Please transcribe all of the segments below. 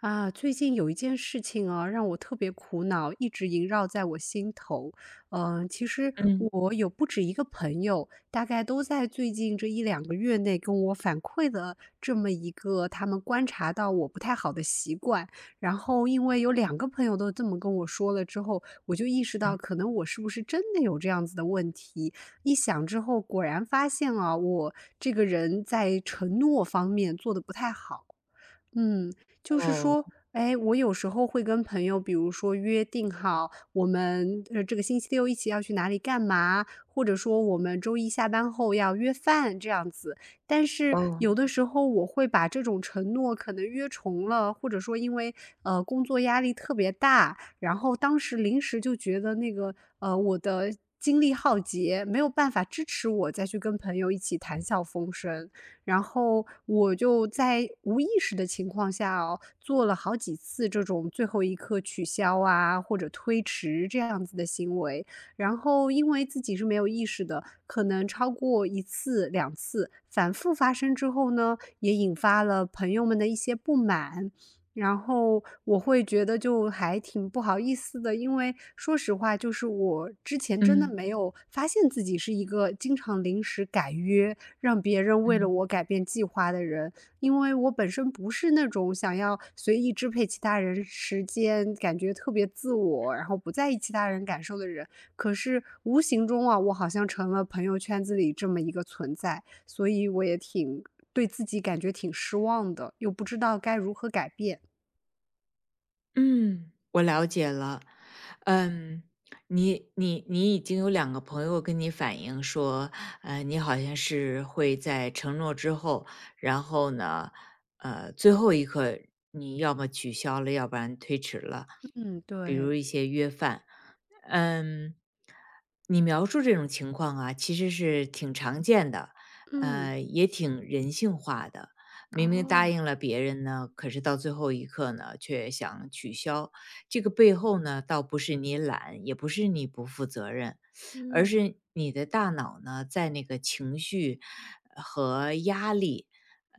啊，最近有一件事情啊，让我特别苦恼，一直萦绕在我心头。嗯，其实嗯我有不止一个朋友，大概都在最近这一两个月内跟我反馈了这么一个他们观察到我不太好的习惯。然后因为有两个朋友都这么跟我说了之后，我就意识到嗯。可能我是不是真的有这样子的问题。一想之后，果然发现啊，我这个人在承诺方面做的不太好。嗯，就是哦，说，哎，我有时候会跟朋友，比如说约定好，我们这个星期六一起要去哪里干嘛，或者说我们周一下班后要约饭这样子。但是哦，有的时候我会把这种承诺可能约重了，或者说因为工作压力特别大，然后当时临时就觉得那个我的精力耗竭，没有办法支持我再去跟朋友一起谈笑风生。然后我就在无意识的情况下做了好几次这种最后一刻取消啊，或者推迟这样子的行为。然后因为自己是没有意识的，可能超过一次、两次，反复发生之后呢，也引发了朋友们的一些不满。然后我会觉得就还挺不好意思的，因为说实话，就是我之前真的嗯。没有发现自己是一个经常临时改约，让别人为了嗯，我改变计划的人，因为我本身不是那种想要随意支配其他人时间、感觉特别自我，然后不在意其他人感受的人。可是无形中啊，我好像成了朋友圈子里这么一个存在，所以我也挺对自己感觉挺失望的，又不知道该如何改变。嗯，我了解了。嗯，你已经有两个朋友跟你反映说，你好像是会在承诺之后，然后呢，最后一刻你要么取消了，要不然推迟了，嗯，比如对，一些约饭。嗯，你描述这种情况啊，其实是挺常见的，嗯，也挺人性化的。明明答哦，应了别人呢，可是到最后一刻呢，却想取消。这个背后呢，倒不是你懒，也不是你不负责任，而嗯，是你的大脑呢，在那个情绪和压力，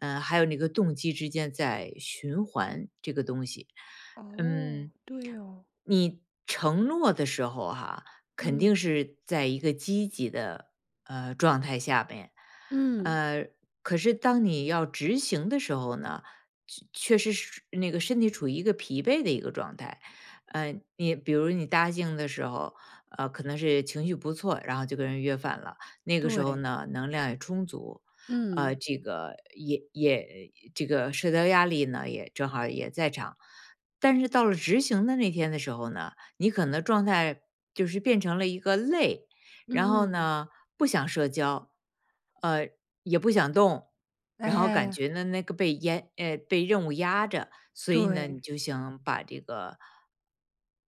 还有那个动机之间在循环这个东西。哦，嗯，对哦，你承诺的时候哈、肯定嗯，是在一个积极的状态下面。嗯，呃，可是当你要执行的时候呢，确确实是那个身体处于一个疲惫的一个状态。你比如你搭兴的时候，可能是情绪不错，然后就跟人约饭了。那个时候对，呢，能量也充足，嗯，这个也这个社交压力呢也正好也在场。但是到了执行的那天的时候呢，你可能状态就是变成了一个累，然后嗯，嗯，呢不想社交，呃。也不想动，然后感哎。觉呢那个被任务压着，所以呢，对，你就想把这个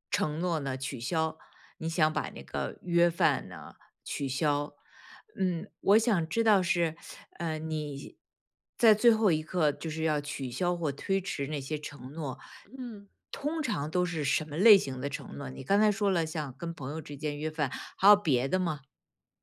承诺呢取消，你想把那个约饭呢取消。嗯，我想知道是，你在最后一刻就是要取消或推迟那些承诺，嗯通常都是什么类型的承诺？你刚才说了像跟朋友之间约饭，还有别的吗？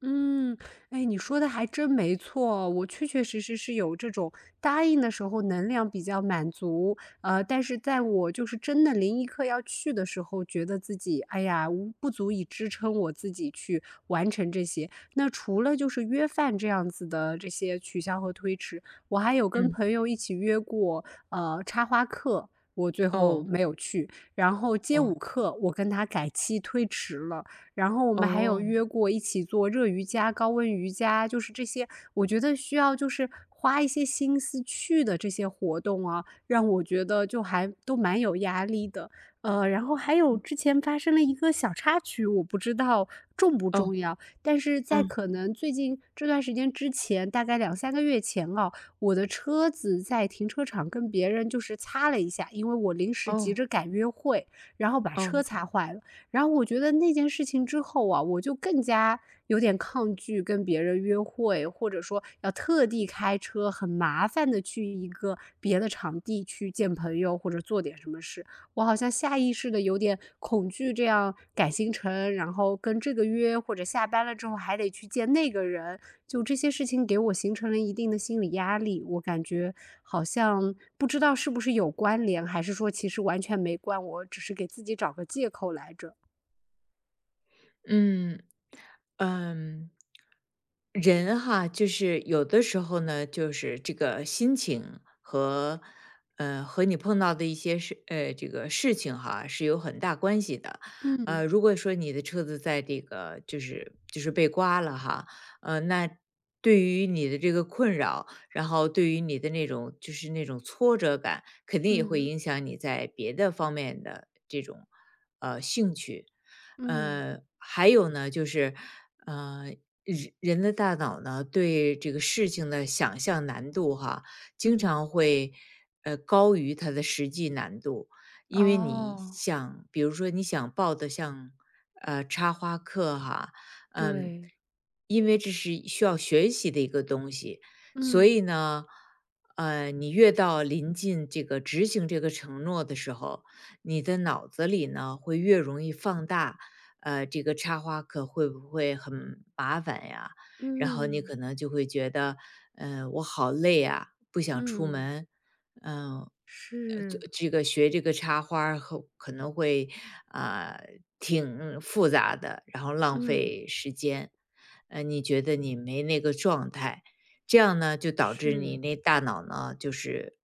嗯，哎，你说的还真没错，我确确实实是有这种答应的时候能量比较满足，但是在我就是真的临一刻要去的时候，觉得自己哎呀，不足以支撑我自己去完成这些。那除了就是约饭这样子的这些取消和推迟，我还有跟嗯，朋友一起约过，插花课，我最后哦，没有去，然后街舞哦，课我跟他改期推迟了。然后我们还有哦，约过一起做热瑜伽、高温瑜伽，就是这些，我觉得需要就是花一些心思去的这些活动啊，让我觉得就还都蛮有压力的。然后还有之前发生了一个小插曲，我不知道重不哦。重要，但是在嗯，可能最近这段时间之前，大概两三个月前啊，我的车子在停车场跟别人就是擦了一下，因为我临时急哦，着赶约会，然后把哦，车擦坏了。然后我觉得那件事情之后啊，我就更加有点抗拒跟别人约会，或者说要特地开车很麻烦的去一个别的场地去见朋友或者做点什么事。我好像下意识的有点恐惧这样改行程，然后跟这个约或者下班了之后还得去见那个人，就这些事情给我形成了一定的心理压力。我感觉好像不知道是不是有关联，还是说其实完全没关，我只是给自己找个借口来着。嗯，嗯，人哈，就是有的时候呢，就是这个心情和和你碰到的一些事这个事情哈是有很大关系的。嗯，如果说你的车子在这个就是被刮了哈，那对于你的这个困扰，然后对于你的那种就是那种挫折感，肯定也会嗯，影响你在别的方面的这种。嗯，还有呢，就是呃，人人的大脑呢，对这个事情的想象难度哈，经嗯，常会高于它的实际难度，因为你哦，想，比如说你想报的像插花课哈，嗯，对，因为这是需要学习的一个东西，所嗯，以呢，你越到临近这个执行这个承诺的时候，你的脑子里呢会越容易放大，这个插花课会不会很麻烦呀？然后你嗯，可能就会觉得，我好累啊，不想出嗯，门，嗯、呃这是，这个学这个插花儿后可能会啊、挺复杂的，然后浪嗯，费时间，你觉得你没那个状态，这样呢就导致你是，那大脑呢就是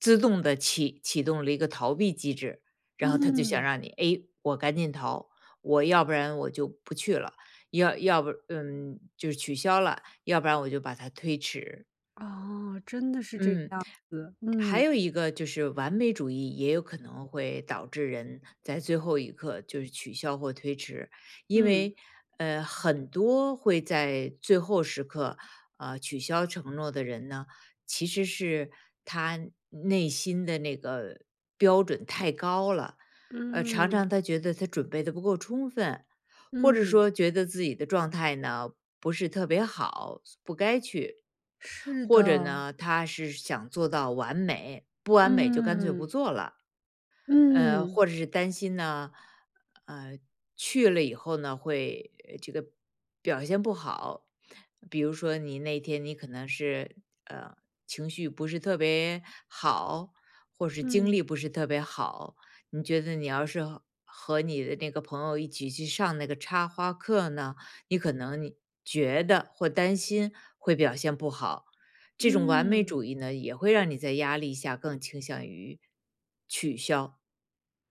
自动的启动了一个逃避机制，然后他就想嗯，让你，诶，我赶紧逃，我要不然我就不去了，要不就是取消了，要不然我就把它推迟。哦，真的是这个嗯。样的，还嗯，有一个就是完美主义，也有可能会导致人在最后一刻就是取消或推迟，因嗯，为很多会在最后时刻取消承诺的人呢，其实是他内心的那个标准太高了，常常嗯，他觉得他准备的不够充分，或者嗯，说觉得自己的状态呢不是特别好，不该去。是或者的，呢，他是想做到完美，不完美就干脆不嗯，做了。嗯，或者是担心呢，呃，去了以后呢，会这个表现不好。比如说，你那天你可能是呃情绪不是特别好，或是精嗯，力不是特别好，你觉得你要是和你的那个朋友一起去上那个插花课呢，你可能你觉得或担心会表现不好，这种完美嗯。主义呢，也会让你在压力下更倾向于取消。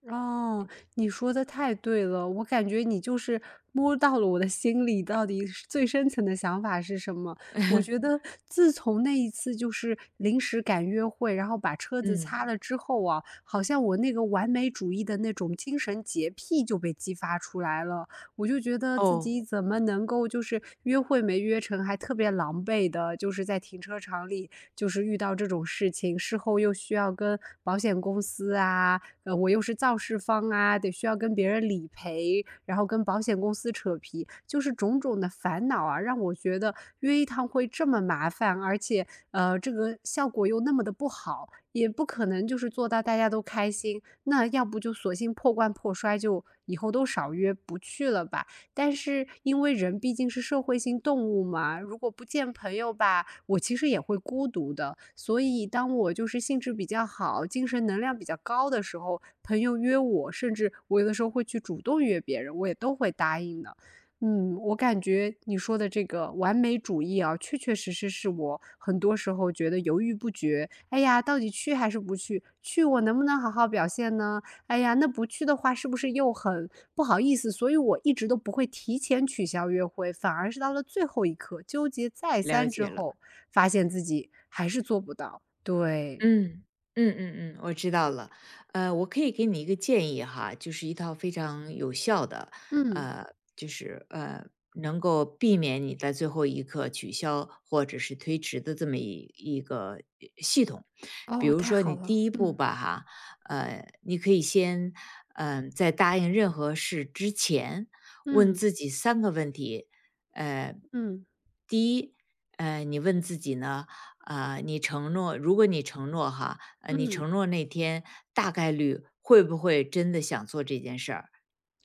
哦，你说的太对了，我感觉你就是摸到了我的心里到底是最深层的想法是什么。我觉 得自从那一次就是临时赶约会，然后把车子嗯，擦了之后啊，好像我那个完美主义的那种精神洁癖就被激发出来了。我就觉得自哦，己怎么能够就是约会没约成，还特别狼狈的，就是在停车场里就是遇到这种事情，事后又需要跟保险公司啊，我又是肇事方啊，得需要跟别人理赔，然后跟保险公司扯皮，就是种种的烦恼啊，让我觉得约一趟会这么麻烦，而且这个效果又那么的不好，也不可能就是做到大家都开心。那要不就索性破罐破摔，就以后都少约不去了吧。但是因为人毕竟是社会性动物嘛，如果不见朋友吧，我其实也会孤独的。所以当我就是兴致比较好、精神能量比较高的时候，朋友约我，甚至我有的时候会去主动约别人，我也都会答应的。嗯，我感觉你说的这个完美主义啊，确确实实是我很多时候觉得犹豫不决。哎呀，到底去还是不去？去我能不能好好表现呢？哎呀，那不去的话是不是又很不好意思？所以我一直都不会提前取消约会，反而是到了最后一刻，纠结再了三之解了。后，发现自己还是做不到。对，嗯嗯嗯嗯，我知道了。我可以给你一个建议哈，就是一套非常有效的，嗯，呃，就是能够避免你在最后一刻取消或者是推迟的这么一个系统。比哦，如太说，好你了，第一步嗯吧哈，你可以先，在答应任何事之前，问嗯自己三个问题，呃。嗯一你问自己呢，你承诺，如果你承诺哈，你嗯，承诺那天大概率会不会真的想做这件事儿？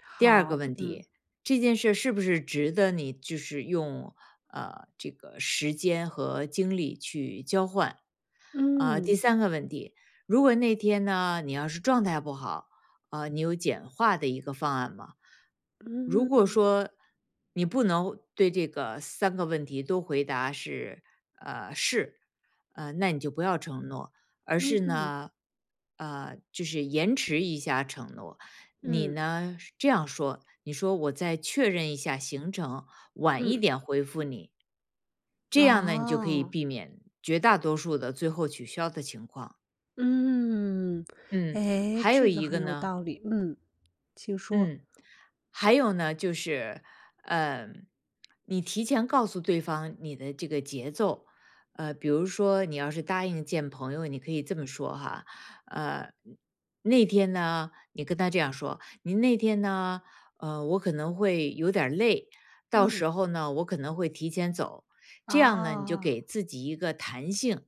好，嗯解这件事是不是值得你就是用这个时间和精力去交换？第嗯三个问题，如果那天呢你要是状态不好，啊，你有简化的一个方案吗？嗯如果嗯说你不能对这个三个问题都回答是，那你就不要承诺，而是嗯嗯呢，就是延迟一下承诺，你嗯，呢是这样说，你说我再确认一下行程，晚一嗯，点回复你，这样呢，你就可以哦，避免绝大多数的最后取消的情况。嗯，嗯，哎，还有这个一很个有呢，道理，嗯，请说，嗯，还有呢，就是，呃，你提前告诉对方你的这个节奏，比如说你要是答应见朋友，你可以这么说哈，呃，那天呢，你跟他这样说，你那天呢，我可能会有点儿累，到时嗯，候呢，我可能会提前走，这样呢，你就哦。给自己一个弹性，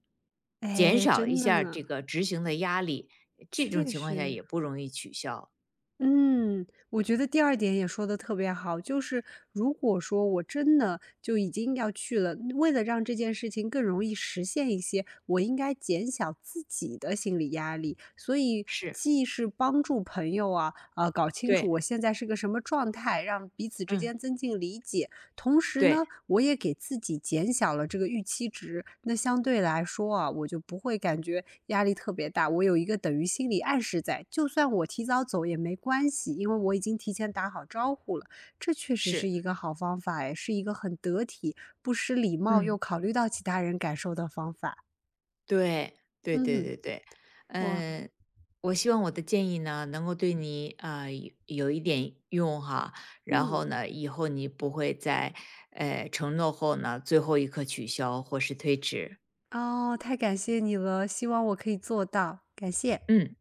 减哎，少一真的下儿呢，这个执行的压力，这种确情况下实。也不容易取消。嗯，我觉得第二点也说的特别好，就是如果说我真的就已经要去了，为了让这件事情更容易实现一些，我应该减小自己的心理压力。所以是，既是帮助朋友啊，搞清楚对，我现在是个什么状态，让彼此之嗯，间增进理解，同时对。呢，我也给自己减小了这个预期值，那相对来说啊，我就不会感觉压力特别大。我有一个等于心理暗示在，就算我提早走也没关系，因为我已经提前打好招呼了。这确实是是，一个好方法哎，诶是一个很得体、不失礼貌又嗯。考虑到其他人感受的方法。对，对对嗯，对对，哇，嗯，我希望我的建议呢，能够对你啊、有一点用哈，然嗯，后呢，以后你不会在承诺后呢，最后一刻取消或是推迟，哦，太感谢你了，希望我可以做到，感谢。嗯。